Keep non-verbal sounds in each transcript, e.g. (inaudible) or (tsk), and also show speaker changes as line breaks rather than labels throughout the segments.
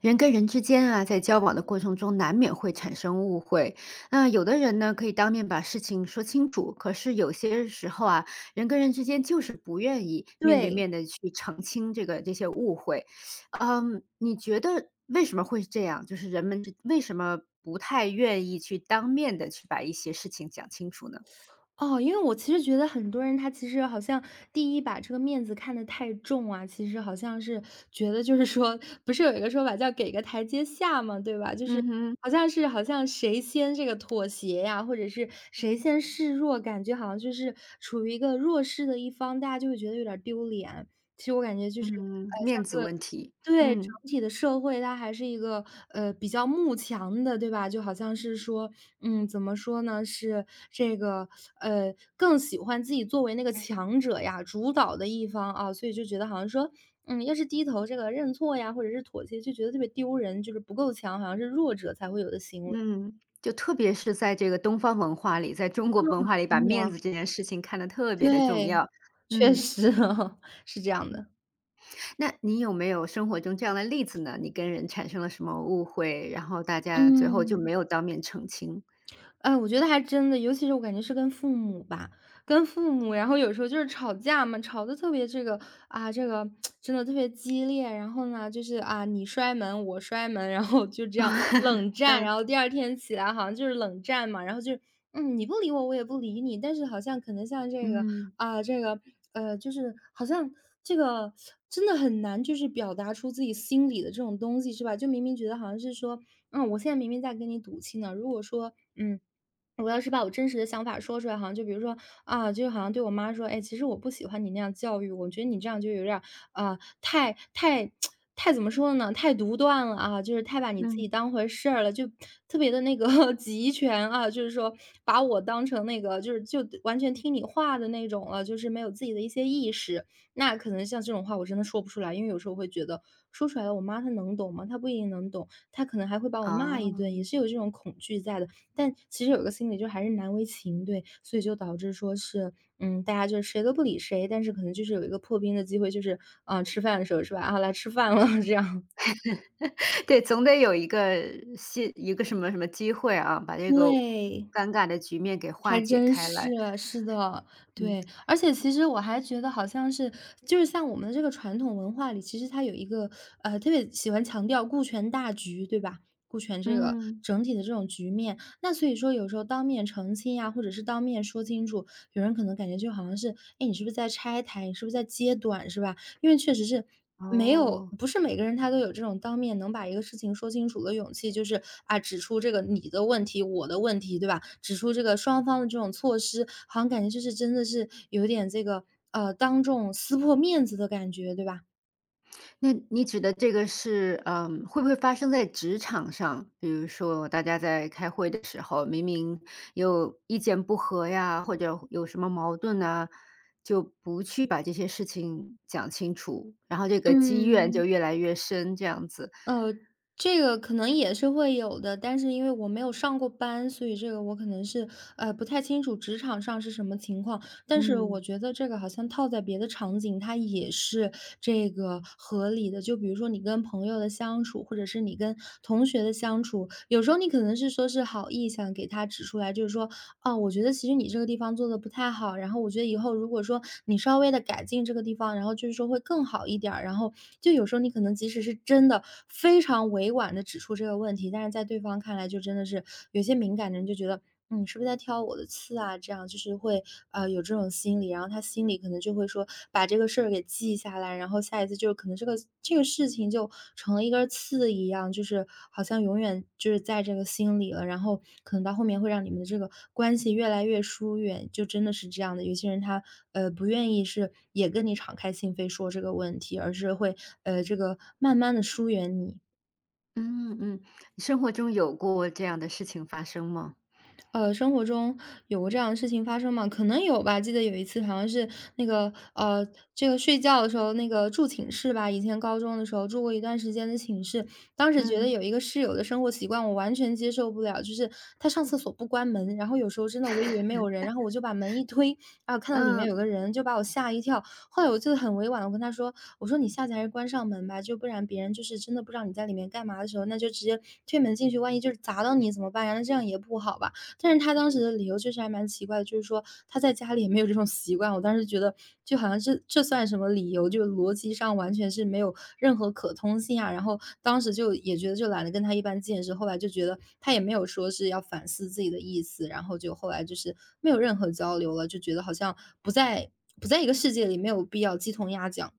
人跟人之间啊，在交往的过程中难免会产生误会。那有的人呢，可以当面把事情说清楚，可是有些时候啊，人跟人之间就是不愿意面对
对，
面的去澄清这些误会。嗯，你觉得为什么会是这样？就是人们之为什么不太愿意去当面的去把一些事情讲清楚呢？
哦，因为我其实觉得很多人他其实好像第一把这个面子看得太重啊，其实好像是觉得就是说不是有一个说法叫给个台阶下嘛，对吧？就是
嗯哼，
好像是好像谁先这个妥协呀，或者是谁先示弱，感觉好像就是处于一个弱势的一方，大家就会觉得有点儿丢脸。其实我感觉就是，
嗯，
像
面
这
子
个
问题，
对，整
嗯。
体的社会它还是一个，比较慕强的，对吧？就好像是说，嗯，怎么说呢，是这个，更喜欢自己作为那个强者呀，主导的一方啊，所以就觉得好像说，嗯，要是低头这个认错呀，或者是妥协，就觉得特别丢人，就是不够强，好像是弱者才会有的行为。
嗯，就特别是在这个东方文化里，在中国文化里，把
真
面
的。
子这件事情看得特别的重
对，
要。
确
嗯，
实 (laughs)，是这样
嗯，
的，
那你有没有生活中这样的例子呢？你跟人产生了什么误会，然后大家最后就
嗯。
没有当面澄清？
哎，我觉得还真的，尤其是我感觉是跟父母吧，跟父母，然后有时候就是吵架嘛，吵得特别这个啊，这个 (tsk) 真的特别激烈。然后呢，就是啊，你摔门，我摔门，然后就这样
(laughs)
冷战。
嗯，
然后第二天起来好像就是冷战嘛，然后就是嗯，你不理我，我也不理你。但是好像可能像这个
嗯，
啊，这个就是好像这个真的很难，就是表达出自己心里的这种东西，是吧？就明明觉得好像是说，嗯，我现在明明在跟你赌气呢，如果说嗯。我要是把我真实的想法说出来，好像就比如说啊，就好像对我妈说，哎，其实我不喜欢你那样教育我，觉得你这样就有点儿啊、(tsk) 太怎么说呢，太独断了啊，就是太把你自己
嗯，
当回事儿了，就特别的那个 (laughs) 集权啊，就是说把我当成那个就是就完全听你话的那种了，就是没有自己的一些意识。那可能像这种话我真的说不出来，因为有时候会觉得说出来了，我妈她能懂吗？她不一定能懂，她可能还会把我骂一顿，也
哦，
是有这种恐惧在的。但其实有个心理就还是难为情，对，所以就导致说是，嗯，大家就是谁都不理谁，但是可能就是有一个破冰的机会，就是，啊，吃饭的时候是吧？啊，来吃饭了这样。
(laughs) 对，总得有一个新一个什么什么机会啊，把这个
对。
尴尬的局面给化
还
解
真
开
是，
来。
是的，
嗯，
对。而且其实我还觉得好像是就是像我们的这个传统文化里，其实它有一个，特别喜欢强调顾全大局，对吧？顾全这个
嗯，
整体的这种局面，那所以说有时候当面澄清呀，或者是当面说清楚，有人可能感觉就好像是，哎，你是不是在拆台？你是不是在揭短，是吧？因为确实是没有
哦。
不是每个人他都有这种当面能把一个事情说清楚的勇气，就是啊，指出这个你的问题，我的问题，对吧？指出这个双方的这种措施，好像感觉就是真的是有点这个当众撕破面子的感觉，对吧？
那你指的这个是，嗯，会不会发生在职场上？比如说大家在开会的时候，明明有意见不合呀，或者有什么矛盾啊就不去把这些事情讲清楚，然后这个积怨就
嗯。
越来越深，这样子。
呃，这个可能也是会有的，但是因为我没有上过班，所以这个我可能是呃不太清楚职场上是什么情况。但是我
嗯，
觉得这个好像套在别的场景，它也是这个合理的。就比如说你跟朋友的相处，或者是你跟同学的相处，有时候你可能是说是好意想给他指出来，就是说，哦，我觉得其实你这个地方做的不太好，然后我觉得以后如果说你稍微的改进这个地方，然后就是说会更好一点儿。然后就有时候你可能即使是真的非常委婉的指出这个问题，但是在对方看来就真的是有些敏感的人就觉得。嗯你是不是在挑我的刺啊？这样就是会，有这种心理，然后他心里可能就会说把这个事儿给记下来，然后下一次就可能这个这个事情就成了一根刺一样，就是好像永远就是在这个心里了，然后可能到后面会让你们的这个关系越来越疏远，就真的是这样的。有些人他呃不愿意是也跟你敞开心扉说这个问题，而是会呃这个慢慢的疏远你。
嗯嗯，你生活中有过这样的事情发生吗？
生活中有过这样的事情发生吗？可能有吧，记得有一次好像是那个，这个睡觉的时候那个住寝室吧，以前高中的时候住过一段时间的寝室，当时觉得
嗯。
有一个室友的生活习惯我完全接受不了，就是他上厕所不关门，然后有时候真的我以为没有人，然后我就把门一推，然后看到里面
嗯。
有个人，就把我吓一跳。后来我就很委婉，的跟他说，我说你下次还是关上门吧，就不然别人就是真的不知道你在里面干嘛的时候，那就直接推门进去，万一就是砸到你怎么办呀？那这样也不好吧。但是他当时的理由确实还蛮奇怪的，就是说他在家里也没有这种习惯。我当时觉得就好像这算什么理由？就逻辑上完全是没有任何可通性啊。然后当时就也觉得就懒得跟他一般见识，后来就觉得他也没有说是要反思自己的意思，然后就后来就是没有任何交流了，就觉得好像不在不在一个世界里，没有必要鸡同鸭讲。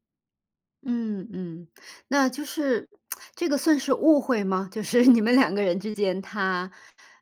嗯嗯，那就是这个算是误会吗？就是 (laughs) 你们两个人之间，他，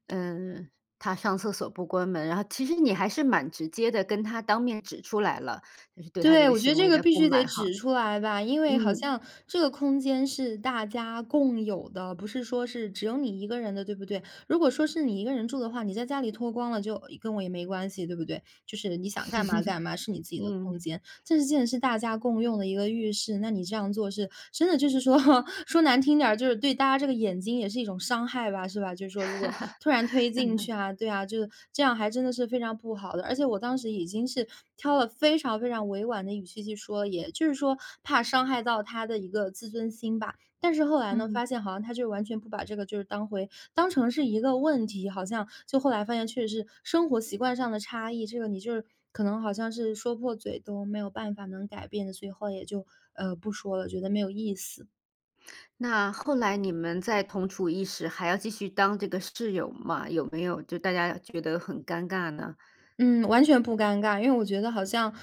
嗯，他上厕所不关门，然后其实你还是蛮直接的跟他当面指出来了，就是对他这
对，
个
我觉得
行
这
为
个
的
必
不
须得
满哈。
指出来吧，因为好
嗯
像这个空间是大家共有的，不是说是只有你一个人的，对不对？如果说是你一个人住的话，你在家里脱光了就跟我也没关系，对不对？就是你想干嘛干嘛，是你自己的空
嗯
间。这是既然是大家共用的一个浴室，那你这样做是真的就是说 (laughs) 说难听点儿，就是对大家这个眼睛也是一种伤害吧，是吧？就是说如果突然推进去啊，对啊，就是这样还真的是非常不好的。而且我当时已经是挑了非常非常委婉的语气去说，也就是说怕伤害到他的一个自尊心吧。但是后来呢，
嗯，
发现好像他就是完全不把这个就是当成是一个问题，好像就后来发现确实是生活习惯上的差异，这个你就是可能好像是说破嘴都没有办法能改变的，所以后来也就呃不说了，觉得没有意思。
那后来你们在同处一室，还要继续当这个室友吗？有没有就大家觉得很尴尬呢？
嗯，完全不尴尬，因为我觉得好像，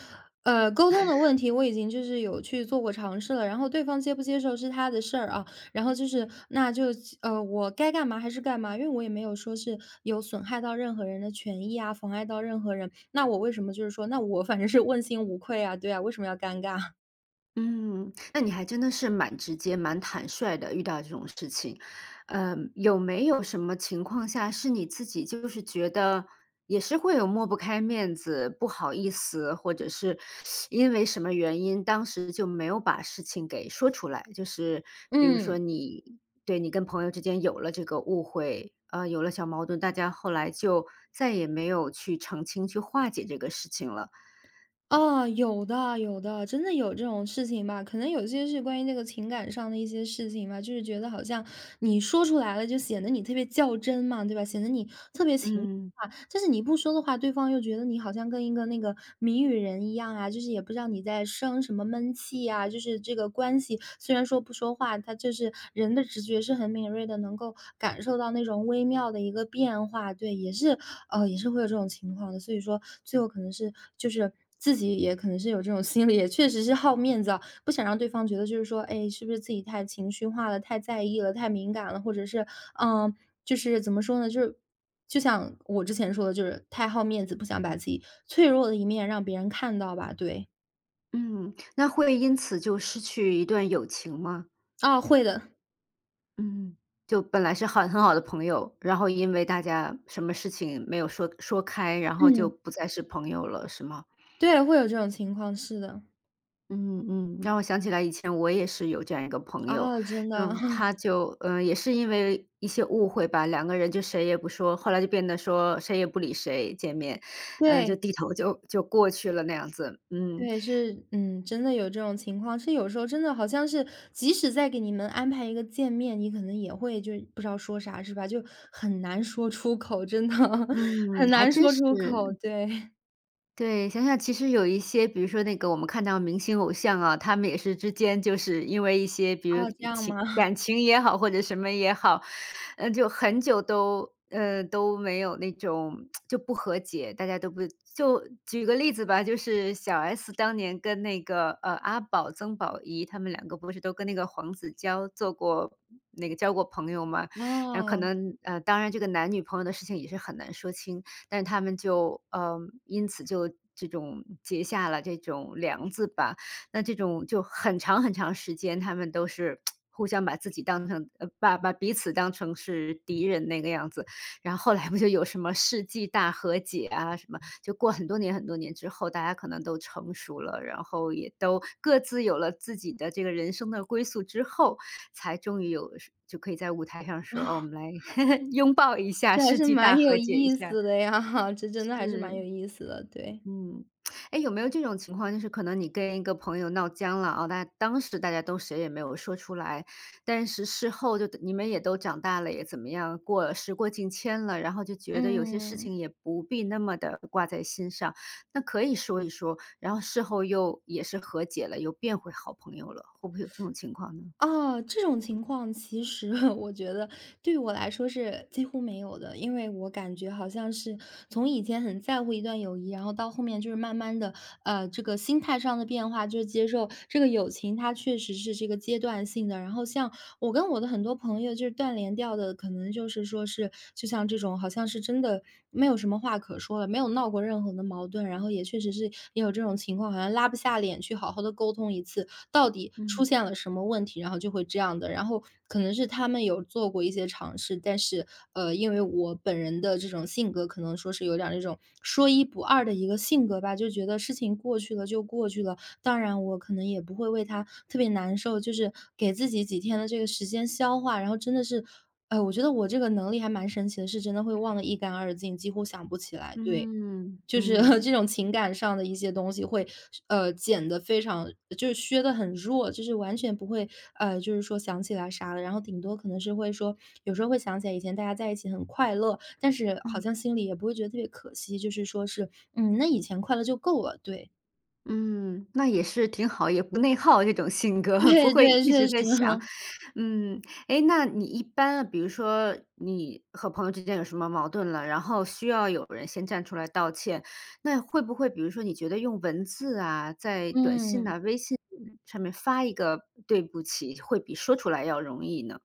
沟通的问题我已经就是有去做过尝试了，然后对方接不接受是他的事儿啊，然后就是那就我该干嘛还是干嘛，因为我也没有说是有损害到任何人的权益啊，妨碍到任何人，那我为什么就是说，那我反正是问心无愧啊，对啊，为什么要尴尬？
嗯，那你还真的是蛮直接、蛮坦率的，遇到这种事情。有没有什么情况下是你自己就是觉得也是会有抹不开面子、不好意思，或者是因为什么原因，当时就没有把事情给说出来？就是
(laughs)
比如说
嗯。
你对你跟朋友之间有了这个误会，有了小矛盾，大家后来就再也没有去澄清、去化解这个事情了。
啊，有的有的，真的有这种事情吧？可能有些是关于那个情感上的一些事情吧，就是觉得好像你说出来了，就显得你特别较真嘛，对吧？显得你特别情绪
嗯。
化，但是你不说的话，对方又觉得你好像跟一个那个谜语人一样啊，就是也不知道你在生什么闷气啊。就是这个关系，虽然说不说话，他就是人的直觉是很敏锐的，能够感受到那种微妙的一个变化。对，也是也是会有这种情况的。所以说，最后可能是就是。自己也可能是有这种心理，也确实是好面子啊，不想让对方觉得就是说，哎，是不是自己太情绪化了、太在意了、太敏感了，或者是，嗯，就是怎么说呢，就是就像我之前说的，就是太好面子，不想把自己脆弱的一面让别人看到吧，对。
嗯，那会因此就失去一段友情吗？
啊，会的，
嗯，就本来是好很好的朋友，然后因为大家什么事情没有说说开，然后就
嗯，
不再是朋友了，是吗？
对，会有这种情况，是的，
嗯嗯，让我想起来以前我也是有这样一个朋友，
啊，真的，
嗯，他就也是因为一些误会吧，两个人就谁也不说，后来就变得说谁也不理谁，见面，
(laughs)
嗯、就
对。
低头就过去了那样子，嗯
对，是，嗯，真的有这种情况，是有时候真的好像是，即使再给你们安排一个见面，你可能也会就是不知道说啥，是吧？就很难说出口，真的 (laughs)
嗯，
很
还
难
真
说
是，
出口。对，
对，想想其实有一些，比如说那个我们看到明星偶像啊，他们也是之间就是因为一些，比如
啊，这样
情
吗？
感情也好，或者什么也好，嗯，就很久都都没有那种就不和解，大家都不就举个例子吧，就是小S 当年跟那个阿宝曾宝仪他们两个不是都跟那个黄子佼做过那个交过朋友吗？然后可
哦，
能当然这个男女朋友的事情也是很难说清，但是他们就，因此就这种结下了这种梁子吧。那这种就很长很长时间，他们都是互相把自己当成把彼此当成是敌人那个样子。然后后来不就有什么世纪大和解啊什么，就过很多年很多年之后，大家可能都成熟了，然后也都各自有了自己的这个人生的归宿之后，才终于有就可以在舞台上说：“哦我们来 (laughs) 拥抱一下，
这还
世
是
纪
蛮
大
有
和解一
意
下。”
思的呀，(laughs) 这真的还是蛮有
是，
意思的，对。
嗯，哎，有没有这种情况，就是可能你跟一个朋友闹僵了啊，那当时大家都谁也没有说出来，但是事后就你们也都长大了，也怎么样，过时过境迁了，然后就觉得有些事情
嗯。
也不必那么的挂在心上，那可以说一说，然后事后又也是和解了，又变回好朋友了，会不会有这种情况呢？
啊，这种情况其实 (laughs) 我觉得对我来说是几乎没有的，因为我感觉好像是从以前很在乎一段友谊，然后到后面就是慢慢的，这个心态上的变化，就是接受这个友情它确实是这个阶段性的。然后像我跟我的很多朋友就是断联掉的，可能就是说是就像这种好像是真的没有什么话可说了，没有闹过任何的矛盾，然后也确实是也有这种情况，好像拉不下脸去好好的沟通一次，到底出
嗯
现了什么问题，然后就会这样的。然后可能是他们有做过一些尝试，但是，因为我本人的这种性格，可能说是有点儿那种说一不二的一个性格吧，就觉得事情过去了就过去了，当然我可能也不会为他特别难受，就是给自己几天的这个时间消化，然后真的是，哎，我觉得我这个能力还蛮神奇的，是真的会忘得一干二净，几乎想不起来，对。
嗯
就是 (laughs)
嗯
这种情感上的一些东西会，减的非常，就是削的很弱，就是完全不会，就是说想起来啥了，然后顶多可能是会说，有时候会想起来以前大家在一起很快乐，但是好
嗯。
像心里也不会觉得特别可惜，就是说是，嗯，那以前快乐就够了，对，
嗯，那也是挺好，也不内耗这种性
(laughs)
格，(laughs) 不
对
会
对，
一
确
直
实，
在想。
(laughs)
嗯，诶，那你一般比如说你和朋友之间有什么矛盾了，然后需要有人先站出来道歉，那会不会比如说你觉得用文字啊，在短信
嗯。
啊、微信上面发一个“对不起”，会比说出来要容易呢？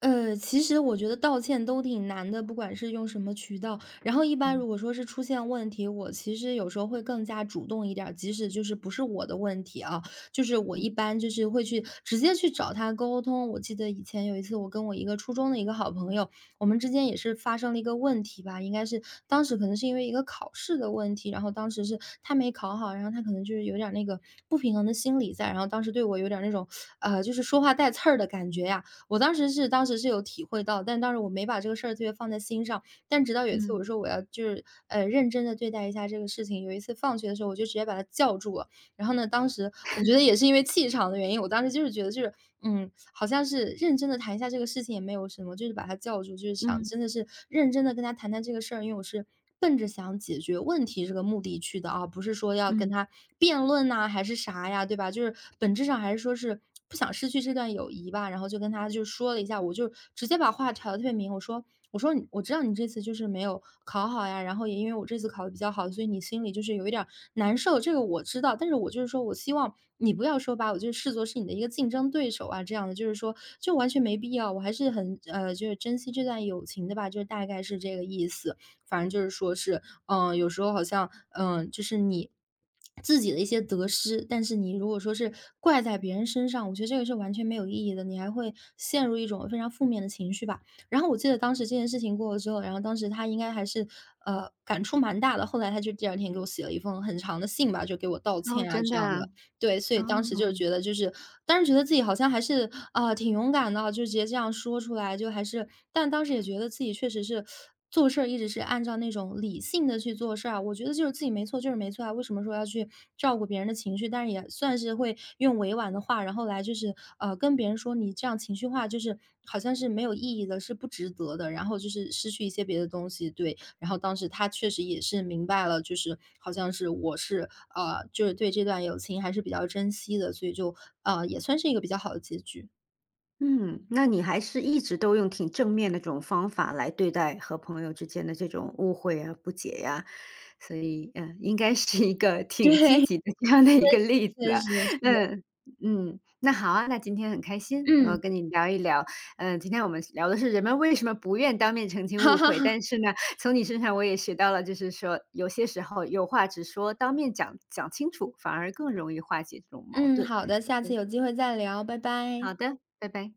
其实我觉得道歉都挺难的，不管是用什么渠道。然后一般如果
嗯
说是出现问题，我其实有时候会更加主动一点儿，即使就是不是我的问题啊，就是我一
嗯。
般就是会去直接去找他沟通。我记得以前有一次，我跟我一个初中的一个好朋友，我们之间也是发生了一个问题吧，应该是当时可能是因为一个考试的问题，然后当时是他没考好，然后他可能就是有点儿那个不平衡的心理在，然后当时对我有点儿那种就是说话带刺儿的感觉呀。我当时是当时是有体会到，但当时我没把这个事儿特别放在心上。但直到有一次我
嗯
说我要就是，认真的对待一下这个事情，有一次放学的时候我就直接把他叫住了，然后呢，当时我觉得也是因为气场的原因，我当时就是觉得就是，嗯，好像是认真的谈一下这个事情也没有什么，就是把他叫住，就是想
嗯
真的是认真的跟他谈谈这个事儿，因为我是奔着想解决问题这个目的去的啊，不是说要跟
嗯，
他辩论呐，还是啥呀，对吧？就是本质上还是说是不想失去这段友谊吧，然后就跟他就说了一下，我就直接把话挑得特别明，我说你：“我知道你这次就是没有考好呀，然后也因为我这次考的比较好，所以你心里就是有一点儿难受，这个我知道，但是我就是说我希望你不要说把我就是视作是你的一个竞争对手啊，这样的就是说就完全没必要，我还是很就是珍惜这段友情的吧，就是大概是这个意思。反正就是说是，嗯、有时候好像嗯、就是你。自己的一些得失，但是你如果说是怪在别人身上，我觉得这个是完全没有意义的，你还会陷入一种非常负面的情绪吧。然后我记得当时这件事情过了之后，然后当时他应该还是，感触蛮大的，后来他就第二天给我写了一封很长的信吧，就给我道
哦，
歉啊
真
这
的
样
啊，
的。对，所以当时就是
哦。
觉得就是当时觉得自己好像还是，啊，挺勇敢的，就直接这样说出来，就还是但当时也觉得自己确实是做事儿一直是按照那种理性的去做事儿啊，我觉得就是自己没错就是没错啊，为什么说要去照顾别人的情绪，但是也算是会用委婉的话。话，然后来就是跟别人说你这样情绪化，就是好像是没有意义的，是不值得的，然后就是失去一些别的东西。对，然后当时他确实也是明白了，就是好像是我是就是对这段友情还是比较珍惜的，所以就也算是一个比较好的结局。
嗯，那你还是一直都用挺正面的这种方法来对待和朋友之间的这种误会啊、不解呀、所以嗯，应该是一个
对，
挺积
(laughs) 确
极的这样的一个例
实
子
确实
啊。
是的，
嗯嗯，那好啊，那今天很开心能够
嗯，
跟你聊一聊。嗯，今天我们聊的是人们为什么不愿当面澄
(laughs)
清
哈
误
哈
会，
哈，
但是呢，从你身上我也学到了，就是说有些时候有话直说，当面讲讲清楚，反而更容易化解这种矛
嗯，
盾。
好的，下次
对，
有机会再聊，拜拜。
好的，拜拜。